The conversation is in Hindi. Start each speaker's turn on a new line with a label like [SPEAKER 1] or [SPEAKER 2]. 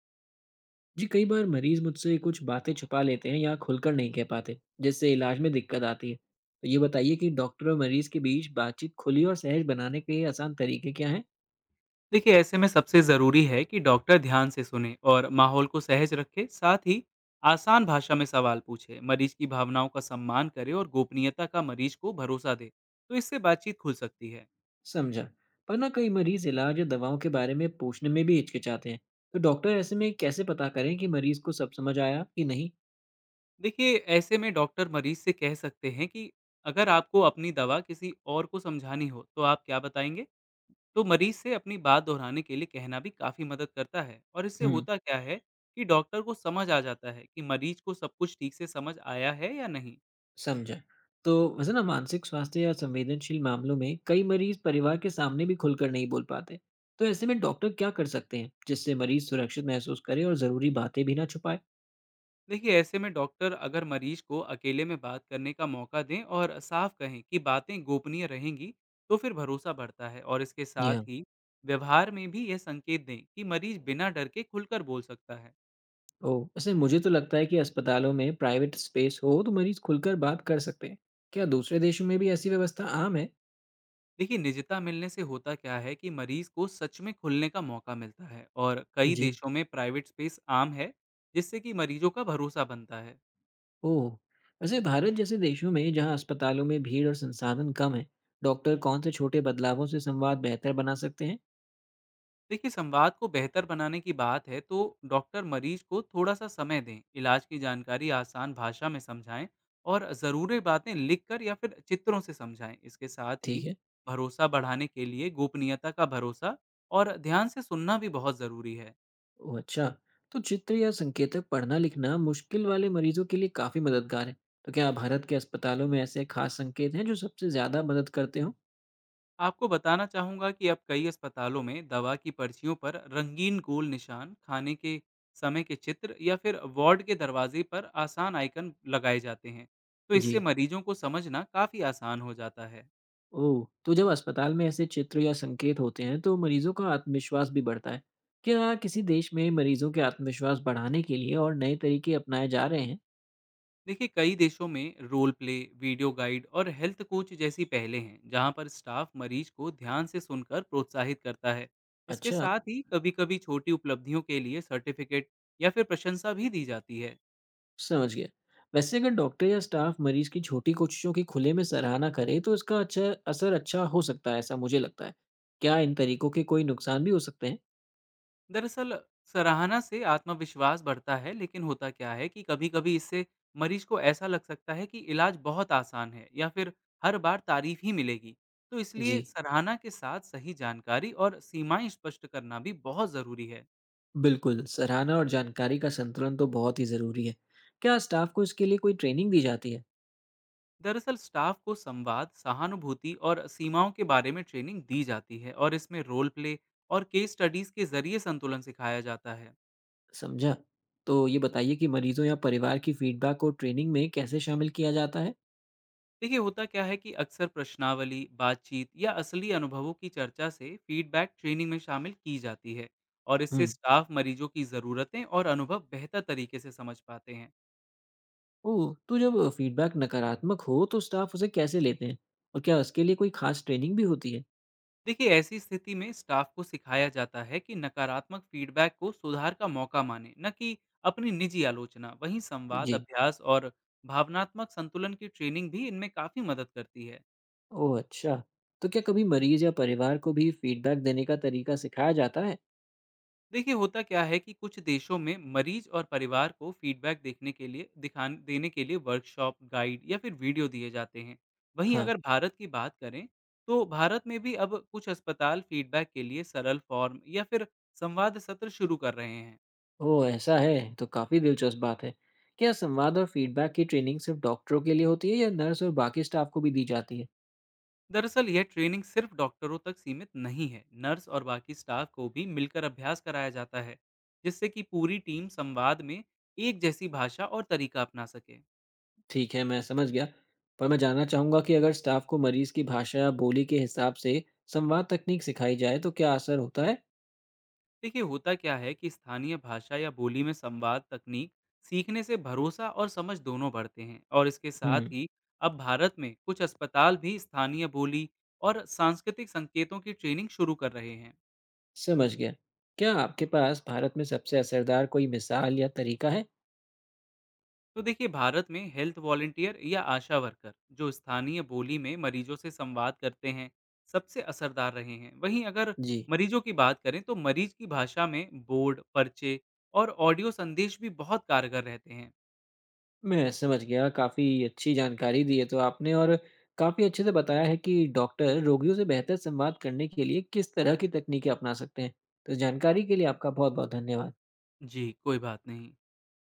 [SPEAKER 1] जी कई बार मरीज मुझसे कुछ बातें छुपा लेते हैं या खुलकर नहीं कह पाते जिससे इलाज में दिक्कत आती है। तो ये बताइए कि डॉक्टर और मरीज के बीच बातचीत खुली और सहज बनाने के आसान तरीके क्या हैं।
[SPEAKER 2] देखिए ऐसे में सबसे ज़रूरी है कि डॉक्टर ध्यान से सुने और माहौल को सहज रखे, साथ ही आसान भाषा में सवाल पूछे, मरीज की भावनाओं का सम्मान करे और गोपनीयता का मरीज को भरोसा दे। तो इससे बातचीत खुल सकती है।
[SPEAKER 1] समझा। पर ना कई मरीज इलाज या दवाओं के बारे में पूछने में भी हिचकिचाते हैं। तो डॉक्टर ऐसे में कैसे पता करें कि मरीज को सब समझ आया कि नहीं।
[SPEAKER 2] देखिए, ऐसे में डॉक्टर मरीज से कह सकते हैं कि अगर आपको अपनी दवा किसी और को समझानी हो तो आप क्या बताएंगे। तो मरीज से अपनी बात दोहराने के लिए कहना भी काफी मदद करता है, और इससे होता क्या है कि डॉक्टर को समझ आ जाता है कि मरीज को सब कुछ ठीक से समझ आया है या नहीं।
[SPEAKER 1] समझा। तो वैसे ना मानसिक स्वास्थ्य या संवेदनशील मामलों में कई मरीज परिवार के सामने भी खुलकर नहीं बोल पाते। तो ऐसे में डॉक्टर क्या कर सकते हैं जिससे मरीज सुरक्षित महसूस करे और जरूरी बातें भी ना छुपाए?
[SPEAKER 2] देखिए, ऐसे में डॉक्टर अगर मरीज को अकेले में बात करने का मौका दें और साफ कहें कि बातें गोपनीय रहेंगी, तो फिर भरोसा बढ़ता है। और इसके
[SPEAKER 1] जी
[SPEAKER 2] साथ
[SPEAKER 1] हाँ।
[SPEAKER 2] ही व्यवहार में भी यह संकेत दें कि मरीज बिना डर के खुलकर बोल सकता है।
[SPEAKER 1] ओह, वैसे मुझे तो लगता है कि अस्पतालों में प्राइवेट स्पेस हो तो मरीज खुलकर बात कर सकते हैं। क्या दूसरे देशों में भी ऐसी व्यवस्था आम है?
[SPEAKER 2] देखिए, निजता मिलने से होता क्या है कि मरीज को सच में खुलने का मौका मिलता है, और कई
[SPEAKER 1] जी।
[SPEAKER 2] देशों में प्राइवेट स्पेस आम है जिससे कि मरीजों का भरोसा बनता है।
[SPEAKER 1] ओह, वैसे भारत जैसे देशों में जहाँ अस्पतालों में भीड़ और संसाधन कम है, डॉक्टर कौन से छोटे बदलावों से संवाद बेहतर बना सकते हैं?
[SPEAKER 2] देखिए, संवाद को बेहतर बनाने की बात है तो डॉक्टर मरीज को थोड़ा सा समय दें, इलाज की जानकारी आसान भाषा में समझाएं और ज़रूरी बातें लिखकर या फिर चित्रों से समझाएं। इसके साथ ही
[SPEAKER 1] ठीक है।
[SPEAKER 2] भरोसा बढ़ाने के लिए गोपनीयता का भरोसा और ध्यान से सुनना भी बहुत ज़रूरी है।
[SPEAKER 1] ओह अच्छा, तो चित्र या संकेतक पढ़ना लिखना मुश्किल वाले मरीजों के लिए काफी मददगार है। तो क्या भारत के अस्पतालों में ऐसे खास संकेत हैं जो सबसे ज्यादा मदद करते हों?
[SPEAKER 2] आपको बताना चाहूँगा कि अब कई अस्पतालों में दवा की पर्चियों पर रंगीन गोल निशान, खाने के समय के चित्र या फिर वार्ड के दरवाजे पर आसान आइकन लगाए जाते हैं। तो
[SPEAKER 1] जी।
[SPEAKER 2] इससे मरीजों को समझना काफ़ी आसान हो जाता है।
[SPEAKER 1] ओह, तो जब अस्पताल में ऐसे चित्र या संकेत होते हैं तो मरीजों का आत्मविश्वास भी बढ़ता है। क्या किसी देश में मरीजों के आत्मविश्वास बढ़ाने के लिए और नए तरीके अपनाए जा रहे हैं?
[SPEAKER 2] देखिए, कई देशों में रोल प्ले, वीडियो गाइड और हेल्थ कोच जैसी पहलें हैं, जहाँ पर स्टाफ मरीज को ध्यान से सुनकर प्रोत्साहित करता है। इसके
[SPEAKER 1] अच्छा।
[SPEAKER 2] साथ ही कभी-कभी छोटी उपलब्धियों के लिए सर्टिफिकेट या फिर प्रशंसा भी दी जाती है।
[SPEAKER 1] समझ गया। वैसे अगर डॉक्टर या स्टाफ मरीज की छोटी कोशिशों की खुले में सराहना करे तो इसका अच्छा असर अच्छा हो सकता है, ऐसा मुझे लगता है। क्या इन तरीकों के कोई नुकसान भी हो सकते हैं?
[SPEAKER 2] दरअसल, सराहना से आत्मविश्वास बढ़ता है, लेकिन होता क्या है कि कभी कभी इससे मरीज को ऐसा लग सकता है कि इलाज बहुत आसान है या फिर हर बार तारीफ ही मिलेगी। तो
[SPEAKER 1] जी।
[SPEAKER 2] इसलिए सराहना के साथ सही जानकारी और सीमाएं स्पष्ट करना भी बहुत ज़रूरी है।
[SPEAKER 1] बिल्कुल, सराहना और जानकारी का संतुलन तो बहुत ही ज़रूरी है। क्या स्टाफ को इसके लिए कोई ट्रेनिंग दी जाती है?
[SPEAKER 2] दरअसल, स्टाफ को संवाद, सहानुभूति और सीमाओं के बारे में ट्रेनिंग दी जाती है, और इसमें रोल प्ले और केस स्टडीज के जरिए संतुलन सिखाया जाता है।
[SPEAKER 1] समझा। तो ये बताइए कि मरीजों या परिवार की फीडबैक को ट्रेनिंग में कैसे शामिल किया जाता है?
[SPEAKER 2] देखिए, होता क्या है कि अक्सर प्रश्नावली, बातचीत या असली अनुभवों की चर्चा से फीडबैक ट्रेनिंग में शामिल की जाती है, और इससे
[SPEAKER 1] हम्म।
[SPEAKER 2] स्टाफ मरीजों की ज़रूरतें और अनुभव बेहतर तरीके से समझ पाते हैं।
[SPEAKER 1] ओह, तो जब फीडबैक नकारात्मक हो तो स्टाफ उसे कैसे लेते हैं? और क्या उसके लिए कोई खास ट्रेनिंग भी होती है?
[SPEAKER 2] देखिए, ऐसी स्थिति में स्टाफ को सिखाया जाता है कि नकारात्मक फीडबैक को सुधार का मौका माने, न कि अपनी निजी आलोचना। वहीं संवाद
[SPEAKER 1] जी।
[SPEAKER 2] अभ्यास और भावनात्मक संतुलन की ट्रेनिंग भी इनमें काफ़ी मदद करती है।
[SPEAKER 1] ओह अच्छा! तो क्या कभी मरीज़ या परिवार को भी फीडबैक देने का तरीका सिखाया जाता है?
[SPEAKER 2] देखिए, होता क्या है कि कुछ देशों में मरीज और परिवार को फीडबैक देखने के लिए दिखान देने के लिए वर्कशॉप, गाइड या फिर वीडियो दिए जाते हैं। वहीं
[SPEAKER 1] हाँ।
[SPEAKER 2] अगर भारत की बात करें तो भारत में भी अब कुछ अस्पताल फीडबैक के लिए सरल फॉर्म या फिर संवाद सत्र शुरू कर रहे हैं।
[SPEAKER 1] ओह ऐसा है, तो काफ़ी दिलचस्प बात है। क्या संवाद और फीडबैक की ट्रेनिंग सिर्फ डॉक्टरों के लिए होती है या नर्स और बाकी स्टाफ को भी दी जाती है?
[SPEAKER 2] दरअसल, यह ट्रेनिंग सिर्फ डॉक्टरों तक सीमित नहीं है, नर्स और बाकी स्टाफ को भी मिलकर अभ्यास कराया जाता है, जिससे कि पूरी टीम संवाद में एक जैसी भाषा और तरीका अपना सके।
[SPEAKER 1] ठीक है, मैं समझ गया। पर मैं जानना चाहूँगा कि अगर स्टाफ को मरीज़ की भाषा या बोली के हिसाब से संवाद तकनीक सिखाई जाए तो क्या असर होता है?
[SPEAKER 2] देखिए, होता क्या है कि स्थानीय भाषा या बोली में संवाद तकनीक सीखने से भरोसा और समझ दोनों बढ़ते हैं। और इसके साथ
[SPEAKER 1] हुँ।
[SPEAKER 2] ही अब भारत में कुछ अस्पताल भी स्थानीय बोली और सांस्कृतिक संकेतों की ट्रेनिंग शुरू कर रहे हैं।
[SPEAKER 1] समझ गया। क्या आपके पास भारत में सबसे असरदार कोई मिसाल या तरीका है?
[SPEAKER 2] तो देखिए, भारत में हेल्थ वॉलंटियर या आशा वर्कर जो स्थानीय बोली में मरीजों से संवाद करते हैं, सबसे असरदार रहे हैं। वहीं अगर
[SPEAKER 1] जी।
[SPEAKER 2] मरीजों की बात करें तो मरीज की भाषा में बोर्ड, पर्चे और ऑडियो संदेश भी बहुत कारगर रहते हैं।
[SPEAKER 1] मैं समझ गया, काफ़ी अच्छी जानकारी दी है तो आपने और काफ़ी अच्छे से बताया है कि डॉक्टर रोगियों से बेहतर संवाद करने के लिए किस तरह की तकनीकें अपना सकते हैं। तो इस जानकारी के लिए आपका बहुत-बहुत धन्यवाद।
[SPEAKER 2] जी, कोई बात नहीं।